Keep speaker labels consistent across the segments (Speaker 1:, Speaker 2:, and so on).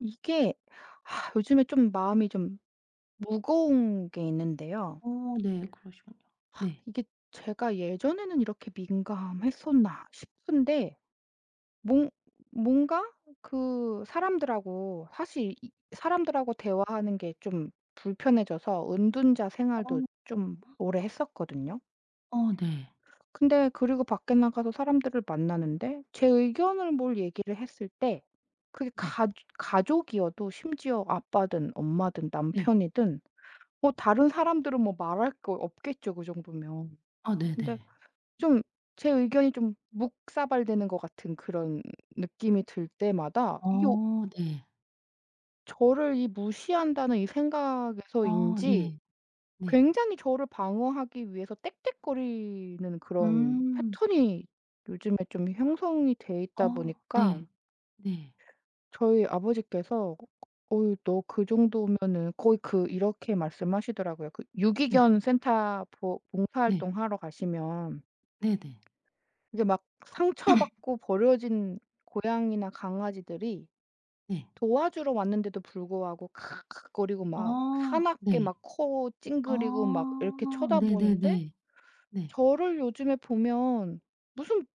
Speaker 1: 이게 아 요즘에 좀 마음이 좀 무거운 게 있는데요.
Speaker 2: 어 네. 그러시군요. 네.
Speaker 1: 이게, 제가 예전에는 이렇게 민감했었나 싶은데, 뭔 뭔가 그 사람들하고, 사실 이 사람들하고 대화하는 게 좀 불편해져서 은둔자 생활도
Speaker 2: 어
Speaker 1: 좀 오래 했었거든요.
Speaker 2: 어 네.
Speaker 1: 근데 그리고 밖에 나가서 사람들을 만나는데 제 의견을 뭘 얘기를 했을 때, 그게
Speaker 2: 네.
Speaker 1: 가 가족이어도 심지어 아빠든 엄마든
Speaker 2: 네.
Speaker 1: 남편이든, 뭐 다른 사람들은 뭐 말할 거 없겠죠, 그 정도면.
Speaker 2: 아
Speaker 1: 근데
Speaker 2: 네네.
Speaker 1: 좀 제 의견이 좀 묵사발되는 것 같은 그런 느낌이 들 때마다,
Speaker 2: 어 네.
Speaker 1: 저를 이 무시한다는 이
Speaker 2: 어
Speaker 1: 생각에서인지,
Speaker 2: 네. 네.
Speaker 1: 굉장히 저를 방어하기 위해서 떽떽거리는 그런
Speaker 2: 음.
Speaker 1: 패턴이 요즘에 좀 형성이 돼 있다
Speaker 2: 어
Speaker 1: 보니까,
Speaker 2: 네. 네.
Speaker 1: 저희 아버지께서, "어유 너 그 정도면은" 거의 그 이렇게 말씀하시더라고요. 그
Speaker 2: 네.
Speaker 1: 유기견 센터 보
Speaker 2: 네.
Speaker 1: 봉사활동 하러 가시면,
Speaker 2: 네네. 네.
Speaker 1: 이게 막 상처받고 버려진 고양이나 강아지들이 도와주러 왔는데도 불구하고 크크거리고 막
Speaker 2: 어
Speaker 1: 사납게
Speaker 2: 네.
Speaker 1: 막 코 찡그리고 막
Speaker 2: 어
Speaker 1: 이렇게 쳐다보는데,
Speaker 2: 네네네. 네.
Speaker 1: 저를 요즘에 보면 무슨,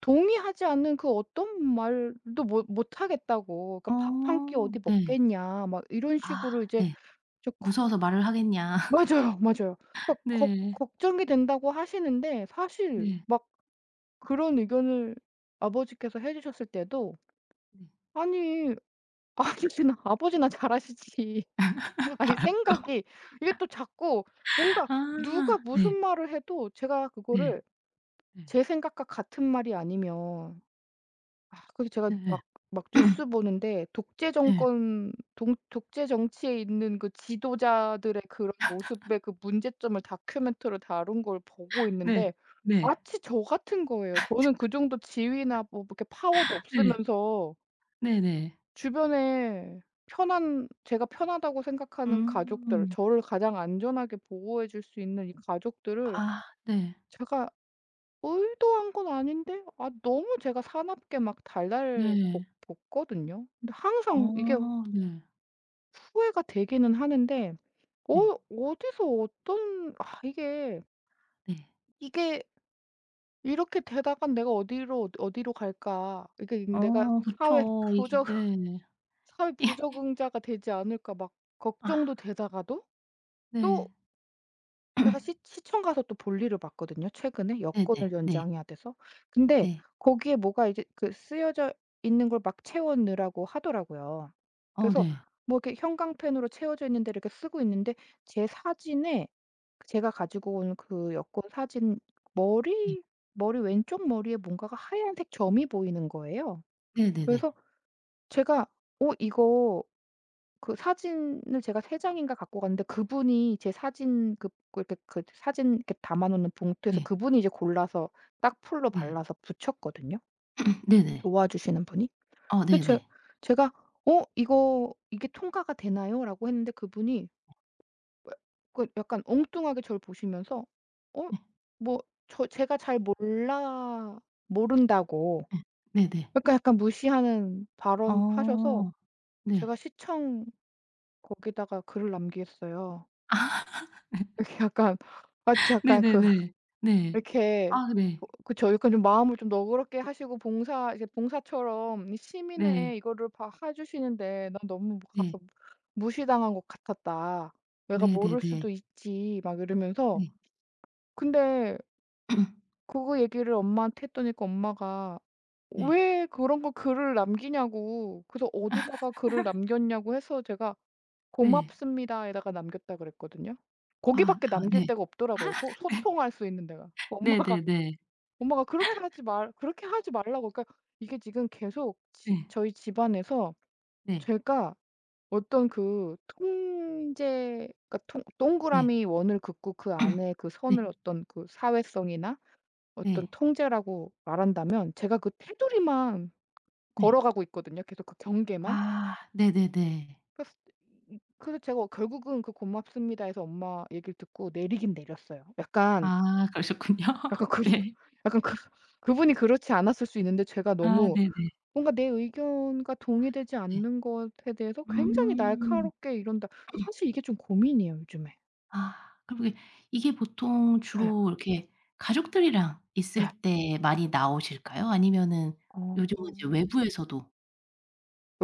Speaker 1: 동의하지 않는 그 어떤 말도 못 못하겠다고. 그러니까 "밥 한 끼
Speaker 2: 어
Speaker 1: 어디
Speaker 2: 네.
Speaker 1: 먹겠냐." 막 이런
Speaker 2: 아
Speaker 1: 식으로 이제.
Speaker 2: 네.
Speaker 1: 저 걱
Speaker 2: "무서워서 말을 하겠냐."
Speaker 1: 맞아요, 맞아요. 막 걱
Speaker 2: 네.
Speaker 1: 걱정이 된다고 하시는데. 사실
Speaker 2: 네.
Speaker 1: 막 그런 의견을 아버지께서 해 주셨을 때도,
Speaker 2: 네.
Speaker 1: 아니, 아버지나 잘하시지. 아니
Speaker 2: 알
Speaker 1: 생각이,
Speaker 2: 았
Speaker 1: 이게 또 자꾸 뭔가, 누가
Speaker 2: 아
Speaker 1: 무슨
Speaker 2: 네.
Speaker 1: 말을 해도 제가
Speaker 2: 네.
Speaker 1: 그거를,
Speaker 2: 네.
Speaker 1: 제 생각과 같은 말이 아니면, 아 그래서 제가
Speaker 2: 네.
Speaker 1: 막, 막 뉴스 보는데 독재
Speaker 2: 네.
Speaker 1: 정권, 동 독재 정치에 있는 그 지도자들의 그런 모습의 그 문제점을 다큐멘터리로 다룬 걸 보고
Speaker 2: 네.
Speaker 1: 있는데
Speaker 2: 네.
Speaker 1: 마치 저 같은 거예요. 저는 그 정도 지위나 뭐 이렇게 파워도
Speaker 2: 네.
Speaker 1: 없으면서,
Speaker 2: 네네.
Speaker 1: 주변에 편한, 제가 편하다고 생각하는 가족들,
Speaker 2: 음.
Speaker 1: 저를 가장 안전하게 보호해 줄 수 있는 이 가족들을
Speaker 2: 아 네.
Speaker 1: 제가 의도한 건 아닌데, 아 너무 제가 사납게 막 달달 볶
Speaker 2: 네.
Speaker 1: 볶거든요. 근데
Speaker 2: 어.
Speaker 1: 항상 이게
Speaker 2: 네.
Speaker 1: 후회가 되기는 하는데, 어,
Speaker 2: 네.
Speaker 1: 어디서 어떤, 아 이게,
Speaker 2: 네.
Speaker 1: 이게 이렇게 되다가 내가 어디로, 어디로 갈까? 이게 내가
Speaker 2: 어
Speaker 1: 사회
Speaker 2: 그쵸. 이게
Speaker 1: 부적
Speaker 2: 네.
Speaker 1: 사회
Speaker 2: 예.
Speaker 1: 부적응자가 되지 않을까, 막
Speaker 2: 아.
Speaker 1: 걱정도 되다가도,
Speaker 2: 네.
Speaker 1: 또 제가 시 시청 가서 또 볼일을 봤거든요, 최근에
Speaker 2: 네네.
Speaker 1: 여권을
Speaker 2: 네.
Speaker 1: 연장해야 돼서. 근데
Speaker 2: 네.
Speaker 1: 거기에 뭐가 이제 그 쓰여져 있는 걸 막 채워 넣으라고 하더라고요.
Speaker 2: 어
Speaker 1: 그래서
Speaker 2: 네.
Speaker 1: 뭐 이렇게 형광펜으로 채워져 있는 데 이렇게 쓰고 있는데, 제 사진에, 제가 가지고 온 그 여권 사진,
Speaker 2: 네.
Speaker 1: 머리 머리 왼쪽 머리에 뭔가가 하얀색 점이 보이는 거예요.
Speaker 2: 네네네.
Speaker 1: 그래서 제가, '어 이거.' 그 사진을 제가 세 장인가 갖고 갔는데, 그분이 제 사진, 그, 그 이렇게 그 사진 이렇게 담아 놓는 봉투에서
Speaker 2: 네.
Speaker 1: 그분이 이제 골라서 딱 풀로
Speaker 2: 네.
Speaker 1: 발라서 붙였거든요,
Speaker 2: 네네.
Speaker 1: 도와주시는 분이.
Speaker 2: 어
Speaker 1: 근데 제
Speaker 2: 네네.
Speaker 1: 제가 "어 이거 이게 통과가 되나요?"라고 했는데, 그분이 왜, 그 약간 엉뚱하게 저를 보시면서, 어,
Speaker 2: 예.
Speaker 1: 뭐, 제가 잘 몰라 모른다고
Speaker 2: 예. 네네.
Speaker 1: 약간, 약간 무시하는 발언을 하셔서
Speaker 2: 어. 네.
Speaker 1: 제가 시청 거기다가 글을 남기겠어요.
Speaker 2: 아.
Speaker 1: 이렇게 약간 마치 약간 그,
Speaker 2: 네네네. 네.
Speaker 1: 이렇게
Speaker 2: 아 네.
Speaker 1: 그, 그쵸. 약간 좀 마음을 좀 너그럽게 하시고, 봉사, 이제 봉사처럼 이 시민의
Speaker 2: 네.
Speaker 1: 이거를 봐 해 주시는데, 난 너무 뭐
Speaker 2: 네.
Speaker 1: 가서 무시당한 것 같았다. "내가 모를
Speaker 2: 네네네.
Speaker 1: 수도 있지." 막 이러면서,
Speaker 2: 네.
Speaker 1: 근데 그거 얘기를 엄마한테 했더니까, 엄마가
Speaker 2: 네.
Speaker 1: 왜 그런 거 글을 남기냐고, 그래서 어디다가 글을 남겼냐고 해서, 제가
Speaker 2: 네.
Speaker 1: 고맙습니다에다가 남겼다 그랬거든요.
Speaker 2: 아
Speaker 1: 거기밖에
Speaker 2: 아
Speaker 1: 남길
Speaker 2: 네.
Speaker 1: 데가 없더라고요, 소
Speaker 2: 네.
Speaker 1: 소통할 수 있는 데가. 엄마가
Speaker 2: 네네네.
Speaker 1: 엄마가 그렇게 하지 말라고 그러니까, 이게 지금 계속, 지
Speaker 2: 네.
Speaker 1: 저희 집안에서
Speaker 2: 네.
Speaker 1: 제가 어떤 그 통제, 그러니까 통
Speaker 2: 네.
Speaker 1: 동그라미 원을 긋고 그 안에 그 선을,
Speaker 2: 네.
Speaker 1: 어떤 그 사회성이나 어떤
Speaker 2: 네.
Speaker 1: 통제라고 말한다면, 제가 그 테두리만
Speaker 2: 네.
Speaker 1: 걸어가고 있거든요, 계속 그 경계만.
Speaker 2: 아 네네네.
Speaker 1: 그래서 이, 그래서 제가, 어, 결국은 그 "고맙습니다." 해서 엄마 얘기를 듣고 내리긴 내렸어요. 약간,
Speaker 2: 아 그러셨군요.
Speaker 1: 약간 그,
Speaker 2: 네.
Speaker 1: 약간 그, 그분이 그렇지 않았을 수 있는데 제가
Speaker 2: 아
Speaker 1: 너무
Speaker 2: 네네. 네.
Speaker 1: 뭔가 내 의견과 동의되지
Speaker 2: 네.
Speaker 1: 않는 것에 대해서 굉장히
Speaker 2: 음.
Speaker 1: 날카롭게 이런다. 사실 이게 좀 고민이에요, 요즘에.
Speaker 2: 아 그럼 이게 이게 보통
Speaker 1: 네,
Speaker 2: 주로 이렇게 가족들이랑 있을
Speaker 1: 네.
Speaker 2: 때 많이 나오실까요? 아니면은
Speaker 1: 어.
Speaker 2: 요즘은 이제 외부에서도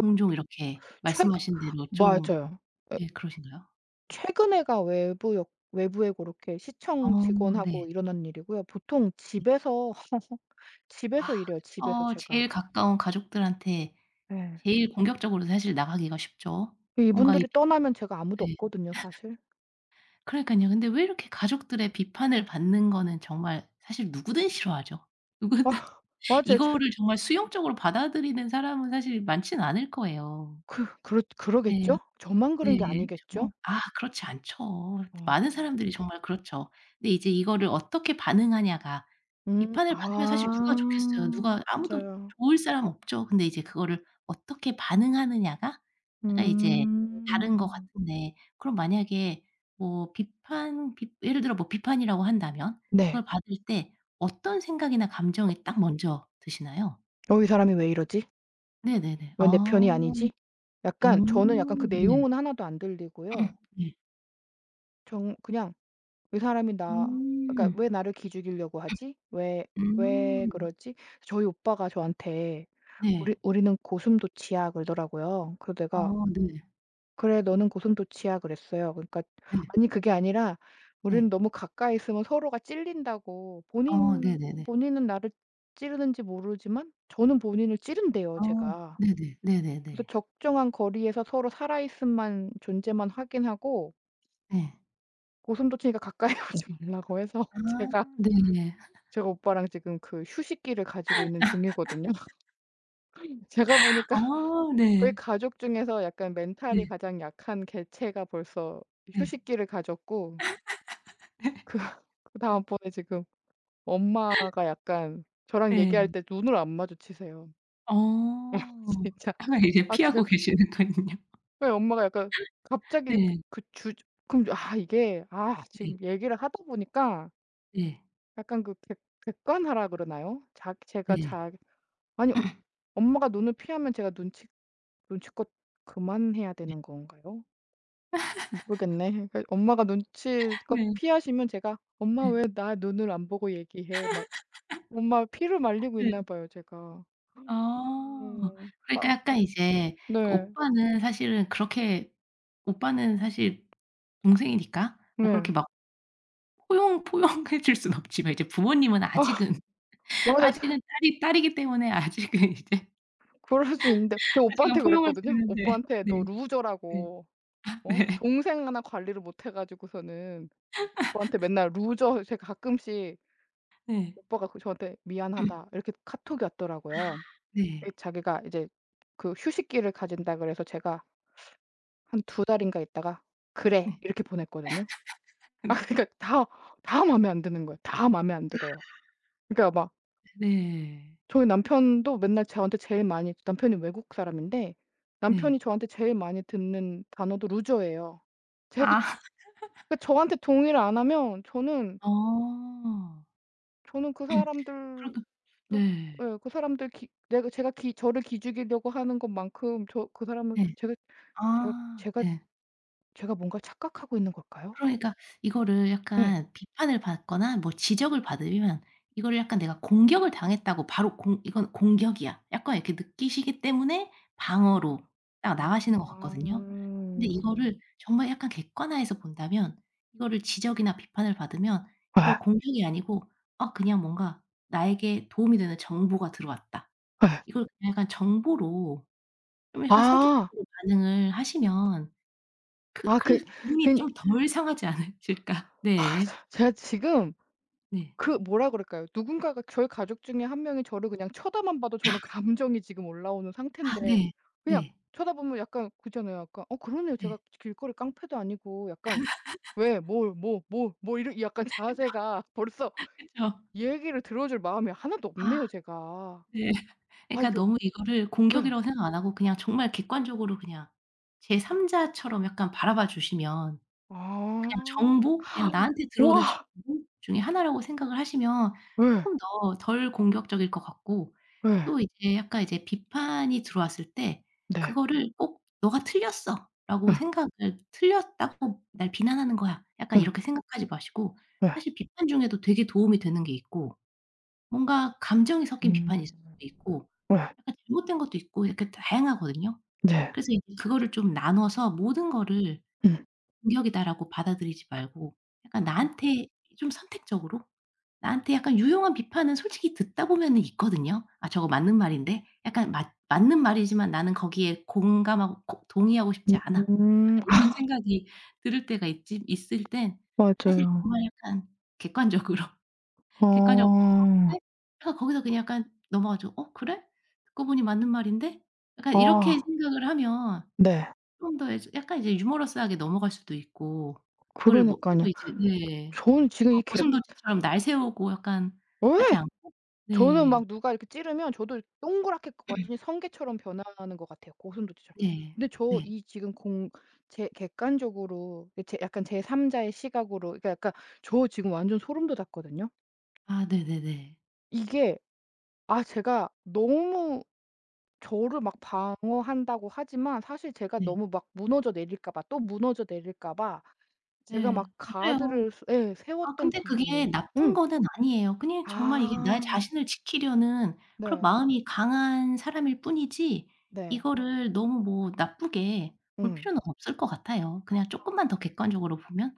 Speaker 2: 종종 이렇게
Speaker 1: 최근,
Speaker 2: 말씀하신 대로 좀
Speaker 1: 맞아요.
Speaker 2: 예 그러신가요? 네.
Speaker 1: 최근에가 외부역 외부에, 그렇게
Speaker 2: 어
Speaker 1: 시청
Speaker 2: 네.
Speaker 1: 직원하고
Speaker 2: 네.
Speaker 1: 일어난 일이고요. 보통 집에서
Speaker 2: 아
Speaker 1: 집에서 일해요, 집에서
Speaker 2: 그쵸.
Speaker 1: 제가.
Speaker 2: 제일 가까운 가족들한테
Speaker 1: 예.
Speaker 2: 제일 공격적으로 사실 나가기가 쉽죠. 뭔가 이
Speaker 1: 이분들이
Speaker 2: 비
Speaker 1: 떠나면 제가 아무도
Speaker 2: 네.
Speaker 1: 없거든요, 사실.
Speaker 2: 그러니깐요. 근데 왜 이렇게 가족들의 비판을 받는 거는 정말 사실 누구든 싫어하죠. 누구든
Speaker 1: 아, 맞아요.
Speaker 2: 이거를 정말 수용적으로 받아들이는 사람은 사실 많진 않을 거예요.
Speaker 1: 그 그렇
Speaker 2: 네.
Speaker 1: 그러겠죠? 저만 그런
Speaker 2: 네.
Speaker 1: 게 아니겠죠?
Speaker 2: 그쵸. 아 그렇지 않죠.
Speaker 1: 어.
Speaker 2: 많은 사람들이 정말 그렇죠. 근데 이제 이거를 어떻게 반응하냐가
Speaker 1: 음.
Speaker 2: 비판을 받으면 사실 누가
Speaker 1: 아,
Speaker 2: 좋겠어요. 누가 아무도
Speaker 1: 맞아요.
Speaker 2: 좋을 사람 없죠. 근데 이제 그거를 어떻게 반응하느냐가 약간 이제 다른 것
Speaker 1: 음.
Speaker 2: 같은데 그럼 만약에 뭐 비판 비 예를 들어 뭐 비판이라고 한다면
Speaker 1: 네.
Speaker 2: 그걸 받을 때 어떤 생각이나 감정이 딱 먼저 드시나요?
Speaker 1: '어, 이 사람이 왜 이러지?
Speaker 2: 네네네.
Speaker 1: 왜 내
Speaker 2: 아.
Speaker 1: 편이 아니지?'
Speaker 2: 어
Speaker 1: 약간, 저는 약간 그
Speaker 2: 네.
Speaker 1: 내용은 하나도 안 들리고요.
Speaker 2: 네.
Speaker 1: 정 그냥, '이 사람이 나, 그러니까
Speaker 2: 음.
Speaker 1: 왜 나를 기죽이려고 하지? 왜, 왜
Speaker 2: 음.
Speaker 1: 그러지?' 저희 오빠가 저한테, "우리
Speaker 2: 네.
Speaker 1: 우리는 고슴도치야." 그러더라고요. 그래서
Speaker 2: 어
Speaker 1: 내가,
Speaker 2: 네.
Speaker 1: "그래, 너는 고슴도치야." 그랬어요. 그러니까,
Speaker 2: 네.
Speaker 1: "아니 그게 아니라, 우리는
Speaker 2: 네.
Speaker 1: 너무 가까이 있으면 서로가 찔린다."고,
Speaker 2: 어
Speaker 1: 본인
Speaker 2: 네네네.
Speaker 1: 본인은 나를 찌르는지 모르지만 저는 본인을 찌른대요,
Speaker 2: 어
Speaker 1: 제가.
Speaker 2: 네네.
Speaker 1: 그래서
Speaker 2: 네네네.
Speaker 1: 적정한 거리에서 서로 살아 있음만, 존재만 확인하고
Speaker 2: 네.
Speaker 1: 고슴도치니까 가까이 오지 말라고 해서,
Speaker 2: 아
Speaker 1: 제가
Speaker 2: 네네.
Speaker 1: 제가 오빠랑 지금 그 휴식기를 가지고 있는 중이거든요. 제가 보니까
Speaker 2: 아
Speaker 1: 저희
Speaker 2: 네.
Speaker 1: 가족 중에서 약간 멘탈이
Speaker 2: 네.
Speaker 1: 가장 약한 개체가 벌써
Speaker 2: 네.
Speaker 1: 휴식기를 가졌고, 그, 그다음번에 지금, 엄마가 약간 저랑 얘기할
Speaker 2: 네.
Speaker 1: 때 눈을 안 마주치세요.
Speaker 2: 어.
Speaker 1: 진짜.
Speaker 2: 항상 이제
Speaker 1: 아
Speaker 2: 피하고
Speaker 1: 제가,
Speaker 2: 계시는군요.
Speaker 1: 왜 엄마가 약간 갑자기,
Speaker 2: 네.
Speaker 1: 그 주, 그럼, 아 이게, 아
Speaker 2: 네.
Speaker 1: 지금 얘기를 하다 보니까
Speaker 2: 네.
Speaker 1: 약간 그 객 객관화라 그러나요? 자 제가
Speaker 2: 네.
Speaker 1: 자, 아니, 엄마가 눈을 피하면 제가 눈치껏 그만해야
Speaker 2: 네.
Speaker 1: 되는 건가요? 모르겠네. 그러니까 엄마가 눈치껏 피하시면 제가, "엄마
Speaker 2: 네.
Speaker 1: 왜 나 눈을 안 보고 얘기해?" 막, 엄마 피를 말리고
Speaker 2: 네.
Speaker 1: 있나 봐요, 제가.
Speaker 2: 아.
Speaker 1: 음.
Speaker 2: 그러니까
Speaker 1: 아
Speaker 2: 약간
Speaker 1: 파
Speaker 2: 이제 그
Speaker 1: 네.
Speaker 2: 오빠는 사실은 그렇게 오빠는 사실 동생이니까 뭐 그렇게
Speaker 1: 네.
Speaker 2: 막 포용해 줄 순 없지만 이제 부모님은
Speaker 1: 아,
Speaker 2: 아직은
Speaker 1: 맞아요.
Speaker 2: 아직은 딸이 딸이기 때문에 아직은 이제
Speaker 1: 그럴 수 있는데 제가
Speaker 2: 아직은
Speaker 1: 오빠한테
Speaker 2: 포용할 수
Speaker 1: 그랬거든요,
Speaker 2: 있는데
Speaker 1: 오빠한테, "너
Speaker 2: 네. 네.
Speaker 1: 루저라고." 어?
Speaker 2: 네.
Speaker 1: 동생 하나 관리를 못해 가지고서는, 오빠한테 맨날 루저, 제가 가끔씩.
Speaker 2: 네.
Speaker 1: 오빠가 그 저한테, "미안하다." 이렇게 카톡이
Speaker 2: 아
Speaker 1: 왔더라고요. 이,
Speaker 2: 네.
Speaker 1: 자기가 이제 그 휴식기를 가진다 그래서 제가 한 두 달인가 있다가, "그래."
Speaker 2: 네.
Speaker 1: 이렇게 보냈거든요. 아,
Speaker 2: 근데
Speaker 1: 그러니까 다 마음에 안 드는 거예요. 다 마음에 안 들어요. 그러니까 막
Speaker 2: 네.
Speaker 1: 저희 남편도 맨날 저한테 제일 많이, 남편이 외국 사람인데, 남편이
Speaker 2: 네.
Speaker 1: 저한테 제일 많이 듣는 단어도 루저예요, 제가.
Speaker 2: 아.
Speaker 1: 그 저한테 동의를 안 하면, 저는,
Speaker 2: 어.
Speaker 1: 저는 그 사람들도,
Speaker 2: 그러면 네.
Speaker 1: 예 그 사람들 기, 내가 제가 기, 저를 기죽이려고 하는 것만큼 저 그 사람을
Speaker 2: 네.
Speaker 1: 제가
Speaker 2: 아.
Speaker 1: 제가
Speaker 2: 네.
Speaker 1: 제가 뭔가 착각하고 있는 걸까요?
Speaker 2: 그러니까 이거를
Speaker 1: 예.
Speaker 2: 약간 비판을 받거나 뭐 지적을 받으면 이거를 약간 내가 공격을 당했다고 바로 공 '이건 공격이야.' 약간 이렇게 느끼시기 때문에 방어로 딱 나가시는 것
Speaker 1: 아. 예.
Speaker 2: 같거든요. 근데 이거를 정말 약간 객관화해서 본다면 이거를 지적이나 비판을 받으면 이걸 공격이 아니고 아 그냥 뭔가 '나에게 도움이 되는 정보가 들어왔다.'
Speaker 1: 예.
Speaker 2: 이걸 그냥 약간 정보로 좀 약간
Speaker 1: 아.
Speaker 2: 선택적으로 반응을 하시면
Speaker 1: 아,
Speaker 2: 그
Speaker 1: 그,
Speaker 2: 그래서
Speaker 1: 그,
Speaker 2: 기분이 좀 덜 상하지 않으실까.
Speaker 1: 아
Speaker 2: 네.
Speaker 1: 제가 지금
Speaker 2: 네.
Speaker 1: 그, 뭐라 그럴까요? 누군가가 저희 가족 중에 한 명이 저를 그냥 쳐다만 봐도, 저는 감정이 지금 올라오는
Speaker 2: 아
Speaker 1: 상태인데,
Speaker 2: 네.
Speaker 1: 그냥
Speaker 2: 네.
Speaker 1: 쳐다보면 약간 그 있잖아요, 약간, '어 그러네요.
Speaker 2: 네.
Speaker 1: 제가 길거리 깡패도 아니고 약간, 왜 뭘, 뭐 뭐 뭐.' 이런 약간 자세가 벌써,
Speaker 2: 그쵸.
Speaker 1: 얘기를 들어 줄 마음이 하나도
Speaker 2: 아.
Speaker 1: 없네요, 제가.
Speaker 2: 네. 그러니까
Speaker 1: 아이고.
Speaker 2: 너무 이거를
Speaker 1: 예.
Speaker 2: 공격이라고 생각 안 하고 그냥 정말 객관적으로 그냥 제 3자처럼 약간 바라봐 주시면 그냥
Speaker 1: 아.
Speaker 2: 정보, 그냥 나한테 들어오는
Speaker 1: 와.
Speaker 2: 정보 중에 하나라고 생각을 하시면
Speaker 1: 예.
Speaker 2: 쪼끔 더 덜 공격적일 것 같고
Speaker 1: 예.
Speaker 2: 또 이제 약간 이제 비판이 들어왔을 때
Speaker 1: 네.
Speaker 2: 그거를 꼭 '너가 틀렸어.'라고
Speaker 1: 예.
Speaker 2: 생각을 '틀렸다고 날 비난하는 거야.' 약간
Speaker 1: 응.
Speaker 2: 이렇게 생각하지 마시고
Speaker 1: 예.
Speaker 2: 사실 비판 중에도 되게 도움이 되는 게 있고 뭔가 감정이 섞인 비판이
Speaker 1: 음.
Speaker 2: 있을 수도 있고
Speaker 1: 예.
Speaker 2: 약간 잘못된 것도 있고 이렇게 다양하거든요.
Speaker 1: 네.
Speaker 2: 그래서 이제 그거를 좀 나눠서 모든 거를
Speaker 1: 음. 음.
Speaker 2: 공격이다라고 받아들이지 말고 약간
Speaker 1: 아.
Speaker 2: 나한테 좀 선택적으로 나한테 약간 유용한 비판은 솔직히 듣다 보면은 있거든요. '아 저거 맞는 말인데.' 약간 맞 맞는 말이지만 '나는 거기에 공감하고 고 동의하고 싶지 않아.'
Speaker 1: 음.
Speaker 2: 약간 이런 생각이 들을 때가 있지 있을 땐 사실
Speaker 1: 맞아요.
Speaker 2: 정말 약간 객관적으로 객관적으로 '어
Speaker 1: 어.
Speaker 2: 그래?' 약간 거기서 그냥 약간 넘어가죠. '어 그래? 듣고 보니 맞는 말인데?' 약간 이렇게
Speaker 1: 아.
Speaker 2: 생각을 하면
Speaker 1: 네.
Speaker 2: 좀 더 이제 약간 이제 유머러스하게 넘어갈 수도 있고 그걸 뭐
Speaker 1: 그러니깐요.
Speaker 2: 너무 이제 네.
Speaker 1: 저는 지금
Speaker 2: 어
Speaker 1: 이렇게,
Speaker 2: 고슴도치처럼 날 세우고 약간
Speaker 1: 예.
Speaker 2: 하지 않고
Speaker 1: 저는
Speaker 2: 네.
Speaker 1: 막 누가 이렇게 찌르면 저도 동그랗게 완전히 성게처럼 변하는 것 같아요, 고슴도치처럼.
Speaker 2: 네.
Speaker 1: 근데 저
Speaker 2: 네.
Speaker 1: 이 지금 공, 제 객관적으로 이 제 약간 제3 자의 시각으로, 그러니까 약간, 저 지금 완전 소름 돋았거든요.
Speaker 2: 아 네네네.
Speaker 1: 이게, 아 제가 너무 저를 막 방어한다고 하지만, 사실 제가
Speaker 2: 네.
Speaker 1: 너무 막 무너져 내릴까 봐, 또 무너져 내릴까 봐 제가
Speaker 2: 예.
Speaker 1: 막
Speaker 2: 맞아요.
Speaker 1: 가드를 세, 예
Speaker 2: 아
Speaker 1: 세웠던
Speaker 2: 근데 그게
Speaker 1: 부분이.
Speaker 2: 나쁜
Speaker 1: 음.
Speaker 2: 거는 아니에요. 그냥 정말 이게 나
Speaker 1: 아
Speaker 2: 자신을 지키려는 그런
Speaker 1: 네.
Speaker 2: 마음이 강한 사람일 뿐이지
Speaker 1: 네.
Speaker 2: 이거를 너무 뭐 나쁘게 볼
Speaker 1: 음.
Speaker 2: 필요는 없을 것 같아요. 그냥 쪼끔만 더 객관적으로 보면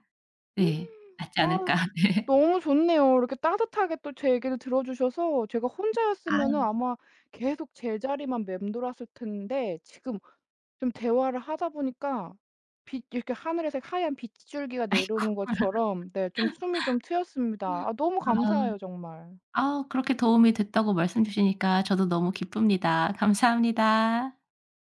Speaker 2: 네 낫지 않을까.
Speaker 1: 아
Speaker 2: 네.
Speaker 1: 너무 좋네요. 이렇게 따뜻하게 또 제 얘기를 들어 주셔서, 제가 혼자였으
Speaker 2: 아.
Speaker 1: 면 아마 계속 제자리만 맴돌았을 텐데, 지금 좀 대화를 하다 보니까, 빛, 이렇게 하늘에서 하얀 빗줄기가 내려오는 것처럼, 네 좀 숨이 좀 트였습니다. 아 너무 감사해요,
Speaker 2: 아.
Speaker 1: 정말.
Speaker 2: 아 그렇게 도움이 됐다고 말씀 주시니까 저도 너무 기쁩니다. 감사합니다.